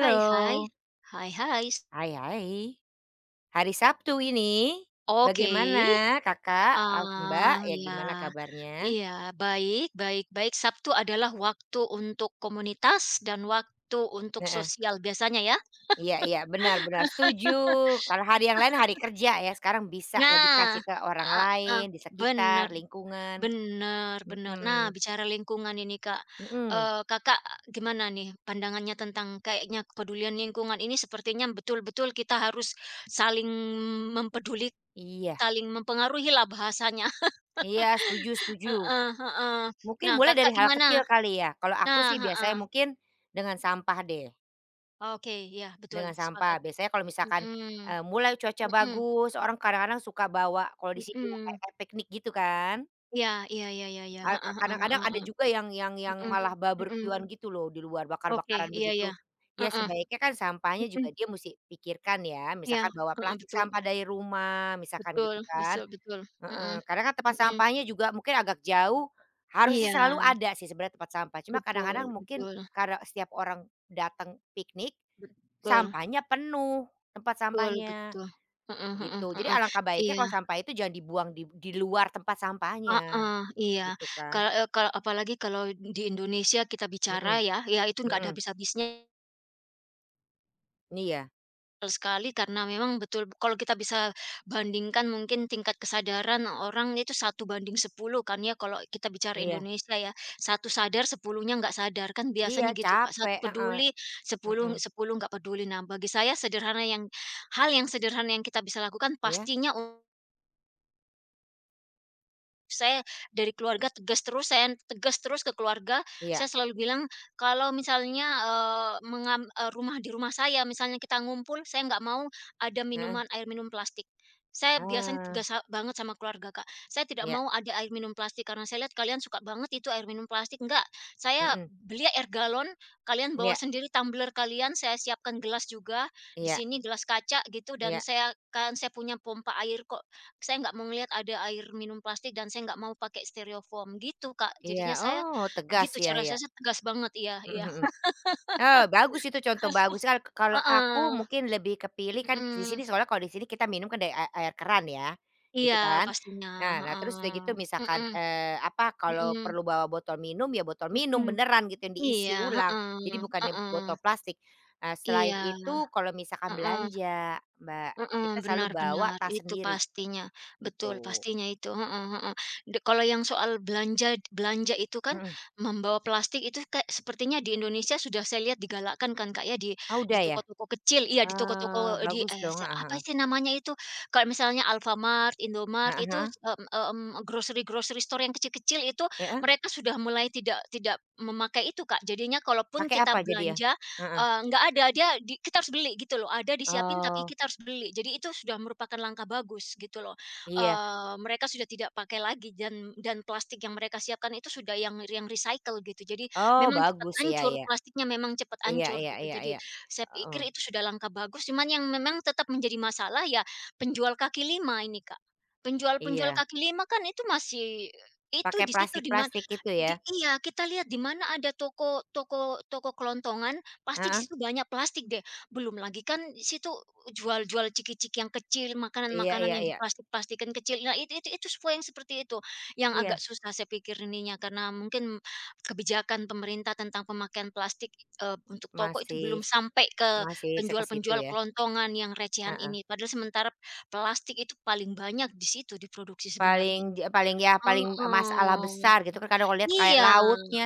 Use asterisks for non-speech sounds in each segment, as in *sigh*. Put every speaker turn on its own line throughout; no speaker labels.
Hi, hi. Hi, hi.
Hai hai. Hari Sabtu ini.
Oke,
Bagaimana Kakak, Mbak,
ah,
ya
ya.
gimana kabarnya?
Iya, baik baik baik. Sabtu adalah waktu untuk komunitas dan waktu untuk
Heeh.
sosial biasanya ya?
Iya iya, benar benar, setuju. Kalau hari yang lain hari kerja ya, sekarang bisa lebih
Nah,
kasih ke orang
heeh heeh,
lain, di
bener
sekitar, lingkungan.
bener bener. Nah,
Mhm
bicara lingkungan ini, Kak,
mhm.
Kakak gimana nih pandangannya tentang kayaknya kepedulian lingkungan ini sepertinya betul-betul kita harus saling mempeduli
Iya
saling mempengaruhi lah bahasanya.
iya, setuju setuju.
Heeh heeh.
Mungkin
Nah,
mulai dari
Kakak
hal
gimana?
kecil kali ya? Kalau aku
Nah,
sih biasanya
heeh.
mungkin dengan sampah deh.
Oke, iya betul,
Dengan sampah.
sepakat.
Biasanya kalau misalkan,
Mhm,
mulai cuaca
mhm,
bagus, orang kadang-kadang suka bawa kalau di sini
mhm.
kayak kayak piknik gitu kan.
Iya iya iya iya iya,
Eee, ka
heeh heeh
kadang-kadang
heeh
ada
heeh.
juga yang malah
Mhm, mhm.
barbekyuan gitu loh di luar,
Oke,
bakar-bakaran
iya iya.
begitu. Ya
Heeh,
sebaiknya kan sampahnya
mhm,
juga dia mesti pikirkan ya,
iya,
misalkan bawa
heeh,
plastik
betul
sampah dari rumah, misalkan
betul
gitu kan.
betul betul. Mhm,
Heeh, karena kan tempat
mhm.
sampahnya juga mungkin agak jauh, harusnya
Iya,
selalu ada sih sebenarnya tempat sampah, cuma
betul
kadang-kadang mungkin
betul,
karena setiap orang datang piknik,
betul
sampahnya penuh tempat
betul
sampahnya,
betul. Heeh heeh
gitu. Jadi
heeh,
alangkah baiknya
iya.
kalau sampah itu jangan dibuang di luar tempat sampahnya,
Heeh, iya.
gitu kan.
Kalau eee, kal apalagi kalau di Indonesia kita bicara
Mhm
ya, ya itu nggak ada
mhm.
habis-habisnya
Iya
sekali karena memang betul kalau kita bisa bandingkan mungkin tingkat kesadaran orang itu satu banding sepuluh kan ya kalau kita bicara
iya
Indonesia ya. Satu sadar sepuluhnya nggak sadar, kan
iya,
biasanya gitu Kak. satu
capek, heeh,
peduli,
mhm.
sepuluh 10 nggak peduli. Nah bagi saya sederhana yang hal yang sederhana yang kita bisa lakukan
Iya
pastinya. Saya dari keluarga tegas terus, saya tegas terus ke keluarga.
iya,
Saya selalu bilang, kalau misalnya, rumah di rumah saya misalnya kita ngumpul, saya nggak mau ada
heeh,
minuman air minum plastik. Saya biasanya
ah,
tegas sa banget sama keluarga, Kak. Saya tidak
iya,
mau ada air minum plastik karena saya lihat kalian suka banget itu air minum plastik, enggak, saya
mhm,
beli air galon, kalian bawa
iya
sendiri tumbler kalian, saya siapkan gelas juga, di
iya
sini gelas kaca gitu dan
iya
saya punya pompa air kok. Saya nggak mau ngelihat ada air minum plastik dan saya nggak mau pakai stereofoam gitu, Kak.
iya,
Jadinya saya
oh tegas
gitu
ya,
cara
iya,
saya sih tegas banget, iya
mhm
iya.
mhm. Bagus itu contoh bagus kan kalau aku
Heeh,
mungkin lebih kepilih kan di
mhm.
sini soalnya kalau di sini kita minum kan dari air keran ya,
Iya
gitu kan.
pastinya,
Nah nah terus
heeh.
udah gitu misalkan,
Mhm
apa, kalau
mhm
perlu bawa botol minum ya botol minum
mhm.
beneran gitu yang
Iya,
diisi ulang, jadi
heeh
bukannya
heeh.
botol plastik. Nah selain
Iya,
itu kalau misalkan
heeh.
belanja, Mbak,
Heeh,
kita selalu
benar
bawa
benar,
tas
itu
sendiri
pastinya. Betul,
gitu,
pastinya itu, heeh heeh. De kalau yang soal belanja belanja itu kan,
mhm.
membawa plastik itu kayak sepertinya di Indonesia sudah saya lihat digalakkan kan, Kak, ya, di
Oh
di
udah ya?
toko-toko kecil iya, di toko-toko eh, di
Bagus
eh,
dong,
se
ah ah
apa
ah
sih namanya itu, kalau misalnya Alfamart, Indomart
Ah, ah,
itu,
ah.
grocery-grocery store yang kecil-kecil itu,
Ya heeh?
mereka sudah mulai tidak tidak memakai itu, Kak. Jadinya kalaupun
Pakai apa
kita
jadi ya?
belanja
Heeh,
nggak ada, dia di kita harus beli gitu loh, ada disiapin tapi
oh
kita harus beli. Jadi itu sudah merupakan langkah bagus gitu loh.
iya.
Mereka sudah tidak pakai lagi dan plastik yang mereka siapkan itu sudah yang recycle gitu. Jadi
Oh,
memang cepat
bagus, iya
hancur,
iya.
plastiknya memang cepat
Iya
hancur
iya
gitu.
iya
Jadi
iya.
saya
Heeh,
pikir itu sudah langkah bagus, cuman yang memang tetap menjadi masalah ya penjual kaki lima ini, Kak. Penjual-penjual
iya.
kaki lima kan itu masih itu
Pakai
di situ di mana
plastik-plastik itu
di
ya?
iya, kita lihat di mana ada toko toko toko kelontongan, pasti di
Heeh,
situ banyak plastik deh, belum lagi kan di situ jual-jual ciki-ciki yang kecil,
iya
makanan-makanan
iya
yang
iya.
diplastik-plastikan kecil. Nah, itu itu semua yang seperti itu, yang agak
Iya,
susah saya pikir ininya karena mungkin kebijakan pemerintah tentang pemakaian plastik, untuk toko itu
masih
belum sampai ke
masih seke situ
penjual-penjual
ya?
kelontongan yang recehan
Heeh.
ini. Padahal sementara plastik itu paling banyak di situ diproduksi sebenarnya.
Paling ja paling ya paling e, masalah
Heeh.
besar gitu kan kadang kalau lihat kayak
Iya.
lautnya,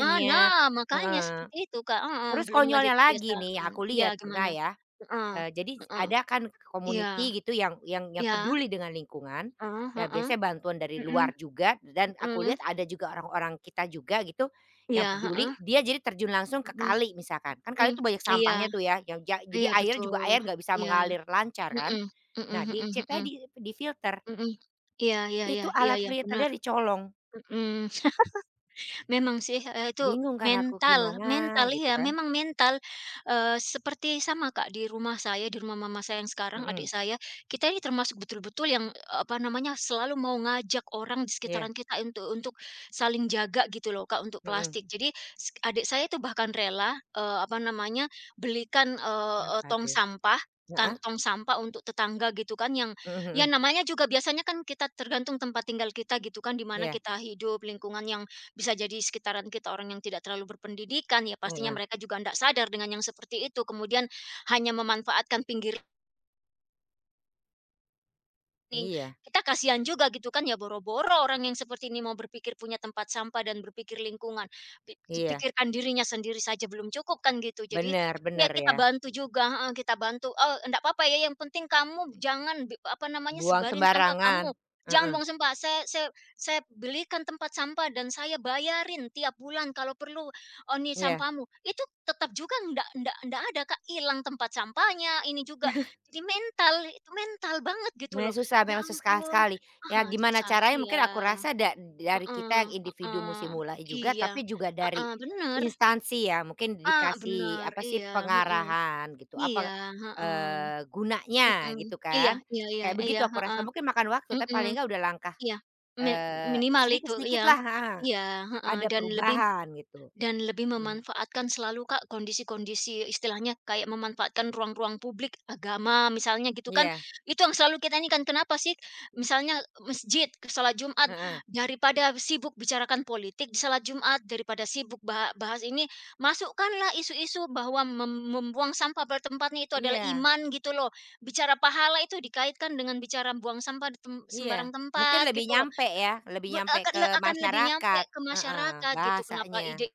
Ah, nah, makanya
heeh.
seperti itu, Kak, heeh,
Terus
belum lagi
konyolnya lagi nih yang
kebiasaan.
aku
Ya,
lihat pernah
gimana?
ya.
Heeh,
Jadi
heeh,
ada kan
iya,
community gitu yang
iya,
peduli dengan lingkungan.
heeh
Nah,
heeh,
biasanya bantuan dari
mhm
luar juga dan aku
mhm,
lihat ada juga orang-orang kita juga gitu yang
iya,
peduli,
heeh,
dia jadi terjun langsung ke
mhm
kali misalkan. Kan kali
mhm,
itu banyak
iya
sampahnya tuh ya, yang jadi
iya,
air juga
betul,
air nggak bisa
iya,
mengalir lancar kan.
mhm
Nah,
mhm mhm
di
mhm
ceritanya di filter
mhm, iya iya iya
itu
iya
alat
iya, benar,
filternya dicolong.
mhm. Memang sih, itu
Bingung kan aku,
mental
gimana
mental
gitu
ya
kan.
memang mental, seperti sama Kak di rumah saya, di rumah mama saya yang sekarang, adik
Mhm,
saya, kita ini termasuk betul-betul yang, eee, apa namanya, selalu mau ngajak orang di
iya,
sekitaran kita untuk saling jaga gitu loh Kak, untuk
mhm.
plastik. Jadi s adik saya itu bahkan rela, eee, apa namanya, belikan, eee eee,
Apa
tong
tuh?
sampah, tang
Nah.
tong sampah untuk tetangga gitu kan yang
Mhm
ya
mhm.
namanya juga biasanya kan kita tergantung tempat tinggal kita gitu kan, di mana
Iya,
kita hidup, lingkungan yang bisa jadi sekitaran kita orang yang tidak terlalu berpendidikan, ya pastinya
heeh.
mereka juga tidak sadar dengan yang seperti itu, kemudian hanya memanfaatkan pinggir. Nih,
Iya
kita kasihan juga gitu kan, ya boro-boro orang yang seperti ini mau berpikir punya tempat sampah dan berpikir lingkungan, pi
iya.
pikirkan dirinya sendiri saja belum cukup kan gitu. Jadi,
Bener
ya
bener
kita
ya,
bantu juga heeh, kita bantu, "Oh, enggak apa-apa ya, yang penting kamu jangan bi apa namanya,
buang
sebarin sampah
sembarangan,
kamu, jangan
heeh,
buang sampah. Saya saya belikan tempat sampah dan saya bayarin tiap bulan kalau perlu, oh nih
iya.
sampahmu." Itu tetap juga ndak ndak ndak ada Kak, hilang tempat sampahnya, ini juga.
*laughs*
Jadi mental, itu mental banget gitu loh. Ya
Memang susah
ampun,
sekali. Ya
heeh,
gimana
susah
caranya
iya,
mungkin aku rasa dari kita
heeh
yang individu
heeh,
mesti mulai juga,
iya,
tapi juga dari
heeh, bener,
instansi ya mungkin
ah,
dikasih
bener,
apa sih,
iya, heeh,
pengarahan gitu,
iya,
apa,
heeh,
gunanya
mhm,
gitu
iya
kan.
iya iya
Kayak
iya,
begitu aku rasa
heeh,
mungkin makan waktu, tapi
mhm,
paling nggak udah langkah,
iya, mi
eee,
minimal itu,
sedikit
iya,
lah, heeh,
iya, heeh,
ada
dan lebih.
perubahan gitu.
Dan lebih
Mhm,
memanfaatkan selalu, Kak, kondisi-kondisi istilahnya kayak memanfaatkan ruang-ruang publik, agama misalnya gitu kan,
iya,
itu yang selalu kita ini kan, kenapa sih misalnya masjid ke salat Jumat,
heeh,
daripada sibuk bicarakan politik di salat Jumat, daripada sibuk baha bahas ini, masukkanlah isu-isu bahwa mem membuang sampah pada tempatnya itu adalah
iya.
iman gitu loh. Bicara pahala itu dikaitkan dengan bicara buang sampah di tem
Iya,
sembarang
mungkin
tempat
lebih
gitu loh.
nyampe ya, lebih
Be
nyampe ke
akan lebih nyampe
masyarakat,
ke
heeh,
masyarakat gitu, kenapa
bahasanya.
ide.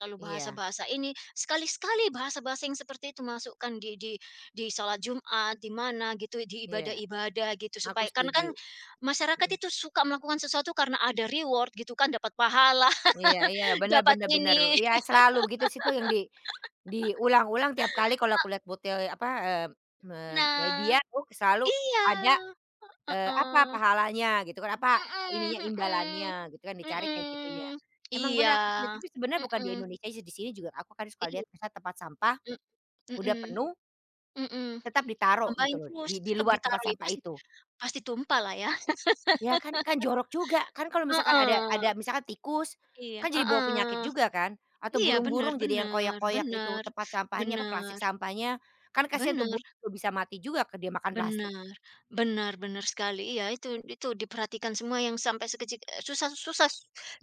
Lalu
Iya
bahasa-bahasa ini, sekali-sekali bahasa-bahasa yang seperti itu masukkan di di sholat Jumat, di mana gitu, di
iya,
ibadah-ibadah gitu,
aku
supaya karena kan
setuju,
masyarakat
mhm,
itu suka melakukan sesuatu karena ada reward gitu kan, dapat pahala,
iya iya,
*laughs*
benar,
dapat
benar, benar.
ini.
Iya selalu begitu sih tuh yang diulang-ulang tiap kali kalau aku lihat apa, eee, me
Nah
media tuh selalu
iya,
ada, apa
heeh,
pahalanya gitu kan, apa ininya,
mhm
imbalannya
mhm,
gitu kan, dicari kayak gitu ya.
mhm.
Emang
Iya,
benar aku setuju, tapi sebenarnya bukan
mhm,
di Indonesia sih, di sini juga aku kadang suka
iya,
lihat misalnya tempat sampah udah
mmm,
penuh.
mhm mhm.
Tetap ditaruh gitu
Ditambahin
loh,
terus,
di
tetap
luar tempat
ditaruh,
sampah
pasti
itu.
pasti tumpah lah ya.
Ya kan kan jorok juga, kan kalau misalkan ada
Heeh.
ada misalkan tikus,
Iya,
kan jadi bawa penyakit
heeh.
juga kan, atau
Iya,
burung-burung jadi yang koyak-koyak itu tempat sampahnya, apa, plastik
bener
sampahnya, kan kasihan tuh
bener
burung bisa mati juga ke dia makan plastik.
bener bener bener sekali. Iya, itu diperhatikan semua yang sampai sekecil eh, susah susah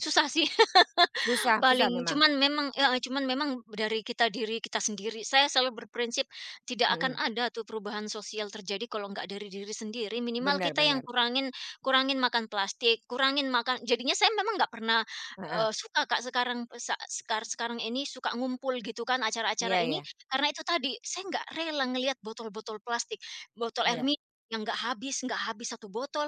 susah sih. *laughs*
Susah susah
Paling
memang,
cuman memang ya cuman memang dari kita diri kita sendiri. Saya selalu berprinsip tidak akan
mhm,
ada tuh perubahan sosial terjadi kalau nggak dari diri sendiri. Minimal
benar
kita yang
bener,
kurangin kurangin makan plastik, kurangin makan jadinya saya memang nggak pernah,
heeh,
suka Kak sekarang sa sekar sekarang ini suka ngumpul gitu kan acara-acara
iya
ini,
iya,
karena itu tadi, saya nggak rela ngelihat botol-botol plastik, botol air
iya
minum yang nggak habis satu botol,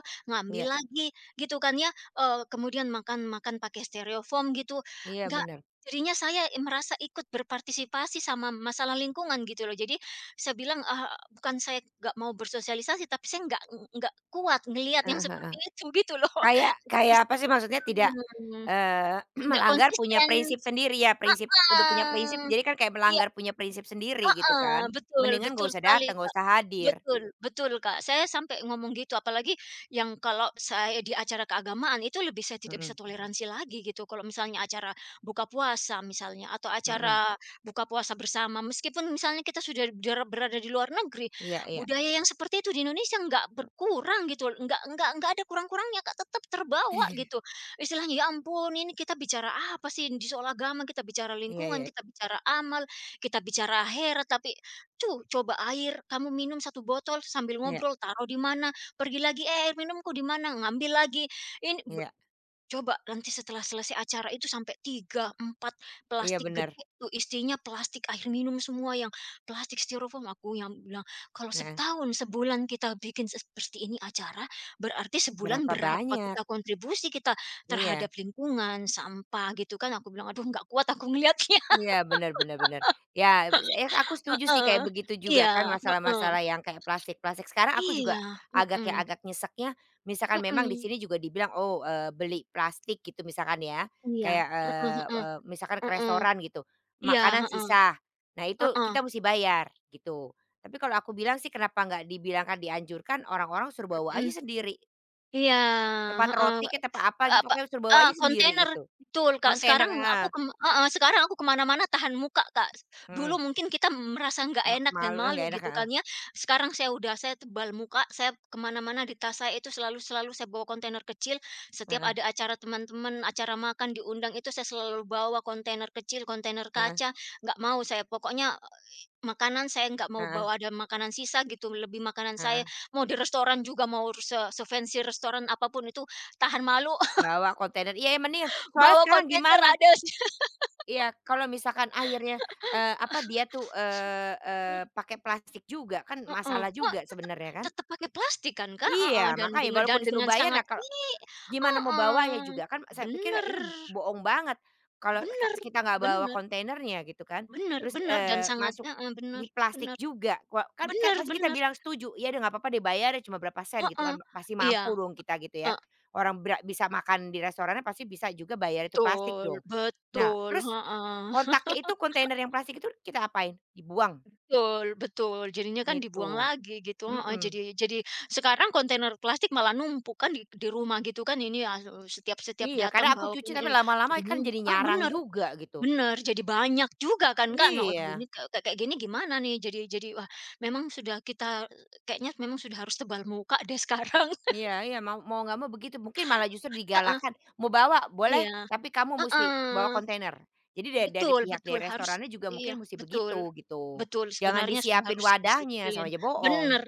iya
ngambil lagi gitu kan ya, kemudian makan makan pakai stereofoam gitu.
iya
Enggak,
bener,
jadinya saya i merasa ikut berpartisipasi sama masalah lingkungan gitu loh. Jadi saya bilang, bukan saya nggak mau bersosialisasi, tapi saya nggak kuat ngelihat yang
heeh heeh.
seperti itu gitu loh.
Kayak
*laughs*
kayak apa sih maksudnya, tidak,
Sistem,
eee, *clears throat*
nggak
melanggar punya
konsisten.
prinsip sendiri ya, prinsip udah punya prinsip
Heeh.
jadi kan kayak melanggar punya prinsip sendiri gitu kan,
Heeh, betul
mendingan
betul
gak usah
sekali,
datang, gak
Kak.
usah hadir.
Betul betul, Kak. Saya sampai ngomong gitu, apalagi yang kalau saya di acara keagamaan itu lebih saya tidak bisa
Mhm
toleransi lagi gitu. Kalau misalnya acara buka puasa misalnya atau
mhm,
acara buka puasa bersama, meskipun misalnya kita sudah ber berada di luar negeri,
iya iya.
budaya yang seperti itu di Indonesia nggak berkurang gitu, nggak nggak ada kurang-kurangnya, Kak, tetap terbawa
*laughs*
gitu. Istilahnya, ya ampun ini kita bicara apa sih? Di soal agama, kita bicara
Iya
lingkungan,
iya
kita bicara amal, kita bicara "Hair" tapi, tuh coba air, kamu minum satu botol," sambil
iya
ngobrol, "Taruh di mana?" Pergi lagi, "Eh, air minumku di mana?" Ngambil lagi, ini be
iya
coba nanti setelah selesai acara itu sampai 3 4
iya
plastik
bener,
gede tuh isinya plastik air minum semua yang plastik styrofoam, aku yang bilang, "Kalau
heeh.
setahun, sebulan kita bikin seperti ini acara, berarti sebulan
Berapa
berapa
banyak?
kita kontribusi kita
Iya.
terhadap lingkungan, sampah," gitu kan. Aku bilang, "Aduh nggak kuat aku ngelihatnya."
Iya, bener bener bener. Ya, ya aku setuju sih kayak
Heeh,
begitu juga kan
iya, heeh,
masalah-masalah yang kayak plastik-plastik. Sekarang aku juga
iya,
agak ya
mhm,
agak nyeseknya misalkan memang di sini
mhm,
juga dibilang, "Oh, beli plastik," gitu misalkan ya,
iya,
kayak,
heeh
eee
heeh,
eee, misalkan ke
heeh,
restoran gitu,
iya,
makanan
heeh,
sisa. Nah, itu
heeh,
kita mesti bayar gitu. Tapi kalau aku bilang sih kenapa nggak dibilangkan dianjurkan, orang-orang suruh bawa
mhm,
aja sendiri.
iya,
Tempat
heeh.
roti kek, tempat apa gitu,
Apa
pokoknya suruh bawa
ah,
aja sendiri
kontainer,
gitu.
betul, Kak.
Kontainer,
Sekarang aku
ah.
kem heeh, sekarang aku ke mana-mana tahan muka, Kak.
Heeh,
Dulu
mhm.
mungkin kita merasa nggak enak dan
Malu ah,
malu
nggak enak,
gitu
ah.
kan ya. Sekarang saya udah saya tebal muka, saya ke mana-mana di tas saya itu selalu selalu saya bawa kontainer kecil. Setiap
Heeh.
ada acara teman-teman, acara makan, diundang itu saya selalu bawa kontainer kecil, kontainer
Heeh
kaca, nggak mau saya pokoknya makanan saya nggak mau
heeh
bawa ada makanan sisa gitu, lebih makanan saya.
heeh,
Mau di restoran juga, mau se se-fancy restoran apapun itu tahan malu.
bawa kontainer, iya mendingan, soalnya
Bawa
sekarang
kontainer
gimana
ada sih.
iya, kalau misalkan akhirnya, apa dia tuh, eee eee, pakai plastik juga kan
Heeh.
masalah
Wah,
juga
tetep
sebenarnya kan?
tetep pakai plastik kan, Kak? Heeh,
Iya, makanya walaupun
dan
disuruh
dengan
bayar,
sangat
nah kal
ini
gimana mau bawanya
heeh.
juga kan saya pikir
Bener
ini bohong banget kalau
bener
kita nggak bawa
bener
kontainernya gitu kan,
bener
terus,
bener dan sangat
masuk
heeh,
di plastik
bener
juga kan kan
bener
pasti kita
bener.
bilang setuju, ya deh nggak apa-apa deh bayar cuma berapa sen," gitu
Heeh.
kan, pasti
Iya,
mampu dong kita gitu ya. Orang bisa makan di restorannya pasti bisa juga bayar itu plastik
betul
dong. Nah
betul,
terus
heeh.
kontaknya itu kontainer yang plastik itu kita apain? Dibuang
Betul betul, jadinya kan dibuang
itu.
lagi gitu, heeh, jadi sekarang kontainer plastik malah numpuk kan di rumah gitu kan ini ya, setiap setiap
Iya karena
datang
aku
bawa
cuci tapi
kontainer
lama-lama
jadi
kan
num
jadi
ah,
nyarang
bener
juga gitu.
bener, jadi banyak juga kan Kak. Nah, aduh
Iya.
ini ka kayak kayak gini gimana nih? Jadi wah memang sudah kita kayaknya memang sudah harus tebal muka deh sekarang.
Iya iya, mau mau nggak mau begitu, mungkin malah justru
*laughs* Heeh,
digalakan, "Mau bawa? Boleh,
iya,
tapi kamu musti bawa
heeh.
kontainer." Jadi dari
Betul
pihak dari
betul, harus
restorannya juga
iya,
mungkin musti begitu,
betul.
gitu.
Betul,
Jangan
sebenarnya sudah
disiapin
harus
wadahnya,
disiplin.
sama aja bohong,
Bener,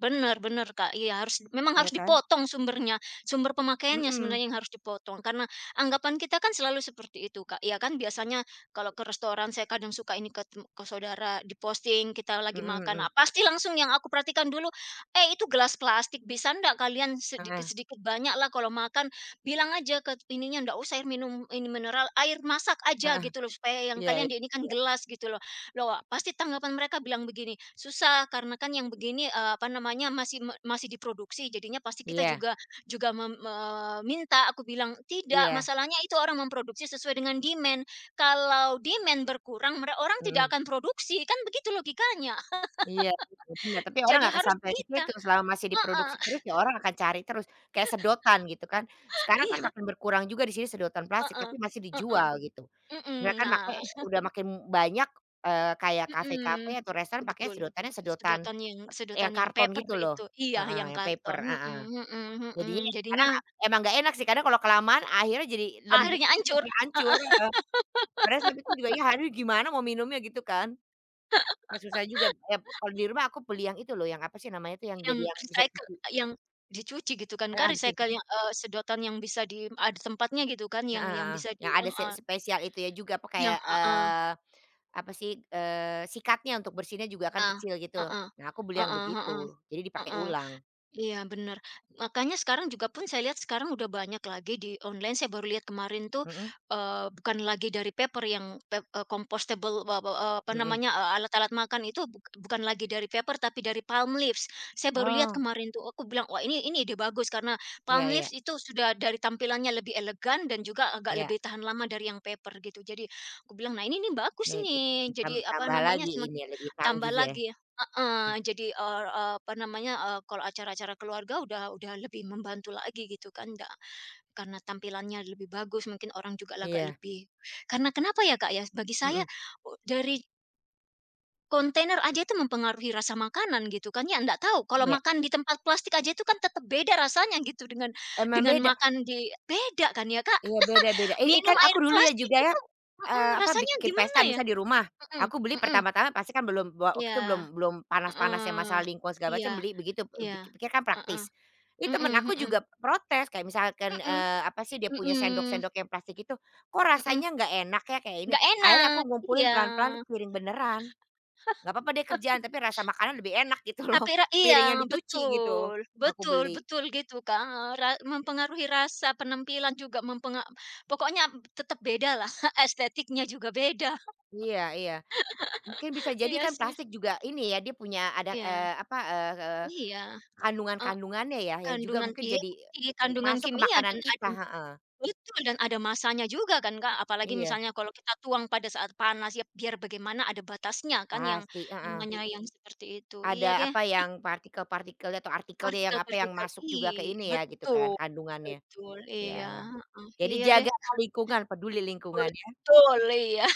bener bener, Kak. Iya, harus memang harus
ya kan?
dipotong sumbernya, sumber pemakaiannya
Mhm,
sebenarnya yang harus dipotong. Karena anggapan kita kan selalu seperti itu, Kak. Iya kan biasanya kalau ke restoran saya kadang suka ini ke tem ke saudara di-posting kita lagi
mhm
makan, ah,
mhm,
pasti langsung yang aku perhatikan dulu, "Eh, itu gelas plastik, bisa ndak kalian
heeh
sedikit-sedikit banyak lah kalau makan. Bilang aja ke ininya, ndak usah air minum ini mineral, air masak aja,"
heeh,
gitu loh, supaya yang
iya
kalian
iya
di ini kan
iya
gelas gitu loh. Loh, pasti tanggapan mereka bilang begini, "Susah karena kan yang begini, eee, apa namanya, masih diproduksi, jadinya pasti kita
iya
juga juga mem eee, Aku bilang, "Tidak,
iya,
masalahnya itu orang memproduksi sesuai dengan demand. Kalau demand berkurang, mereka orang tidak
mhm,
akan produksi." Kan begitu logikanya.
iya iya, bener, tapi orang
Jadi
nggak
harus
sampai ke
kita
situ, selama masih
heeh,
diproduksi terus ya orang akan cari terus, kayak sedotan gitu kan.
*laughs*
Sekarang kan
iya,
makin berkurang juga di sini sedotan plastik,
heeh,
tapi masih
heeh,
dijual gitu.
mhm,
Mereka
mhm.
kan
Nah
udah makin banyak, kayak kafe-kafe
Mhm,
atau restoran pakai
betul.
sedotan
Sedotan
yang
yang
karton
paper
gitu loh,
itu. Iya, yang
heeh, yang paper,
karton,
heeh.
mhm mhm mhm.
Jadinya kadang
Jadinya
emang nggak enak sih, kadang kalau kelamaan akhirnya jadi lembek
akhirnya
juga,
hancur,
hancur.
heeh,
Padahal saya pikir juga, "Ya aduh gimana mau minumnya?" Gitu kan. Nah susah juga, ya kalau di rumah aku beli yang itu loh, yang apa sih namanya tuh yang
yang
jadi yang
recycle, yang dicuci gitu kan, kan
bisa di
recycle yang, sedotan yang bisa di ada tempatnya gitu kan,
heeh
yang
heeh,
bisa di
yang ada
heeh,
spesial itu ya juga apa
yang
kayak,
heeh,
apa sih, sikatnya untuk bersihnya juga kan
ah,
kecil gitu. Nah aku beli
heeh
yang
heeh
begitu, jadi
heeh,
dipakai
heeh.
ulang.
Iya benar. Makanya sekarang juga pun saya lihat sekarang udah banyak lagi di online, saya baru lihat kemarin tuh,
Mhm
bukan lagi dari paper yang pep eee, compostable wa wa apa
mhm.
namanya, alat-alat makan itu buk bukan lagi dari paper tapi dari palm leaves. Saya baru lihat
Oh,
kemarin tuh, aku bilang, "Wah ini ide bagus," karena
iya
palm
iya
leaves itu sudah dari tampilannya lebih elegan dan juga agak
iya.
lebih tahan lama dari yang paper gitu. Jadi aku bilang, "Nah ini nih bagus
Nih pi
nih."
tam
Jadi apa
tambah
namanya,
lagi
semakin
ini lebih
tambah
canggih ya.
lagi.
Mmm,
Heeh, jadi, eee eee, apa namanya, kalau acara-acara keluarga udah lebih membantu lagi gitu kan, da karena tampilannya lebih bagus mungkin orang juga agak
iya,
lebih karena kenapa ya, Kak, ya, bagi saya,
mhm,
u dari kontainer aja itu mempengaruhi rasa makanan gitu kan ya, nggak tahu kalau
iya.
makan di tempat plastik aja itu kan tetap beda rasanya gitu
Emang
dengan
beda.
makan di beda kan ya, Kak,
Iya, beda-beda. I
minum
Kan
air
aku dulu ya
plastik
juga ya,
itu mhm,
apa,
rasanya
bikin
gimana
pesta
ya?
misal di rumah,
Mhm
aku beli
mhm,
pertama-tama pasti kan belum waktu
iya,
itu belum belum panas-panasnya
heeh,
masalah lingkungan segala
iya
macam, beli begitu, eee,
iya,
pik pikir kan
heeh.
praktis. Ih,
Mhm
temen aku
mhm.
juga protes kayak misalkan,
Mhm
apa sih, dia punya
mhm
sendok-sendok yang plastik itu, "Kok
mhm.
rasanya nggak enak ya kayak ini?"
Nggak
Akhirnya aku
enak, iya.
ngumpulin pelan-pelan piring beneran, nggak apa-apa deh kerjaan, tapi rasa makanan lebih enak gitu loh, *laughs*
Tapi ra
piring yang
iya,
dicuci gitu,
betul.
aku
Betul
beli.
betul gitu, Kak, ra mempengaruhi rasa, penampilan juga mempenga pokoknya tetap bedalah, *laughs* estetiknya juga beda.
Iya iya. Mungkin bisa
*laughs*
jadi
Iya
kan
sih.
plastik juga ini ya, dia punya ada,
Iya
apa, eee eee,
iya, eee,
kandungan-kandungannya ya, yang juga
kandungan
mungkin
iya
jadi
sih, kandungan
masuk ke
kimia
makanan
dan ada
kita heeh,
betul, dan ada masanya juga kan, Kak, apalagi
iya,
misalnya kalau kita tuang pada saat panas, ya biar bagaimana ada batasnya kan yang
pasti, heeh.
namanya yang seperti itu. Iya
Ada
deh.
apa yang partikel partikel atau artikelnya yang apa, yang
Partikel-partikel
masuk
i
juga ke ini ya, gitu
betul
kan, kandungannya,
betul, iya,
ya.
heeh,
Jadi
iya deh,
jaga lingkungan, peduli lingkungan.
betul, iya.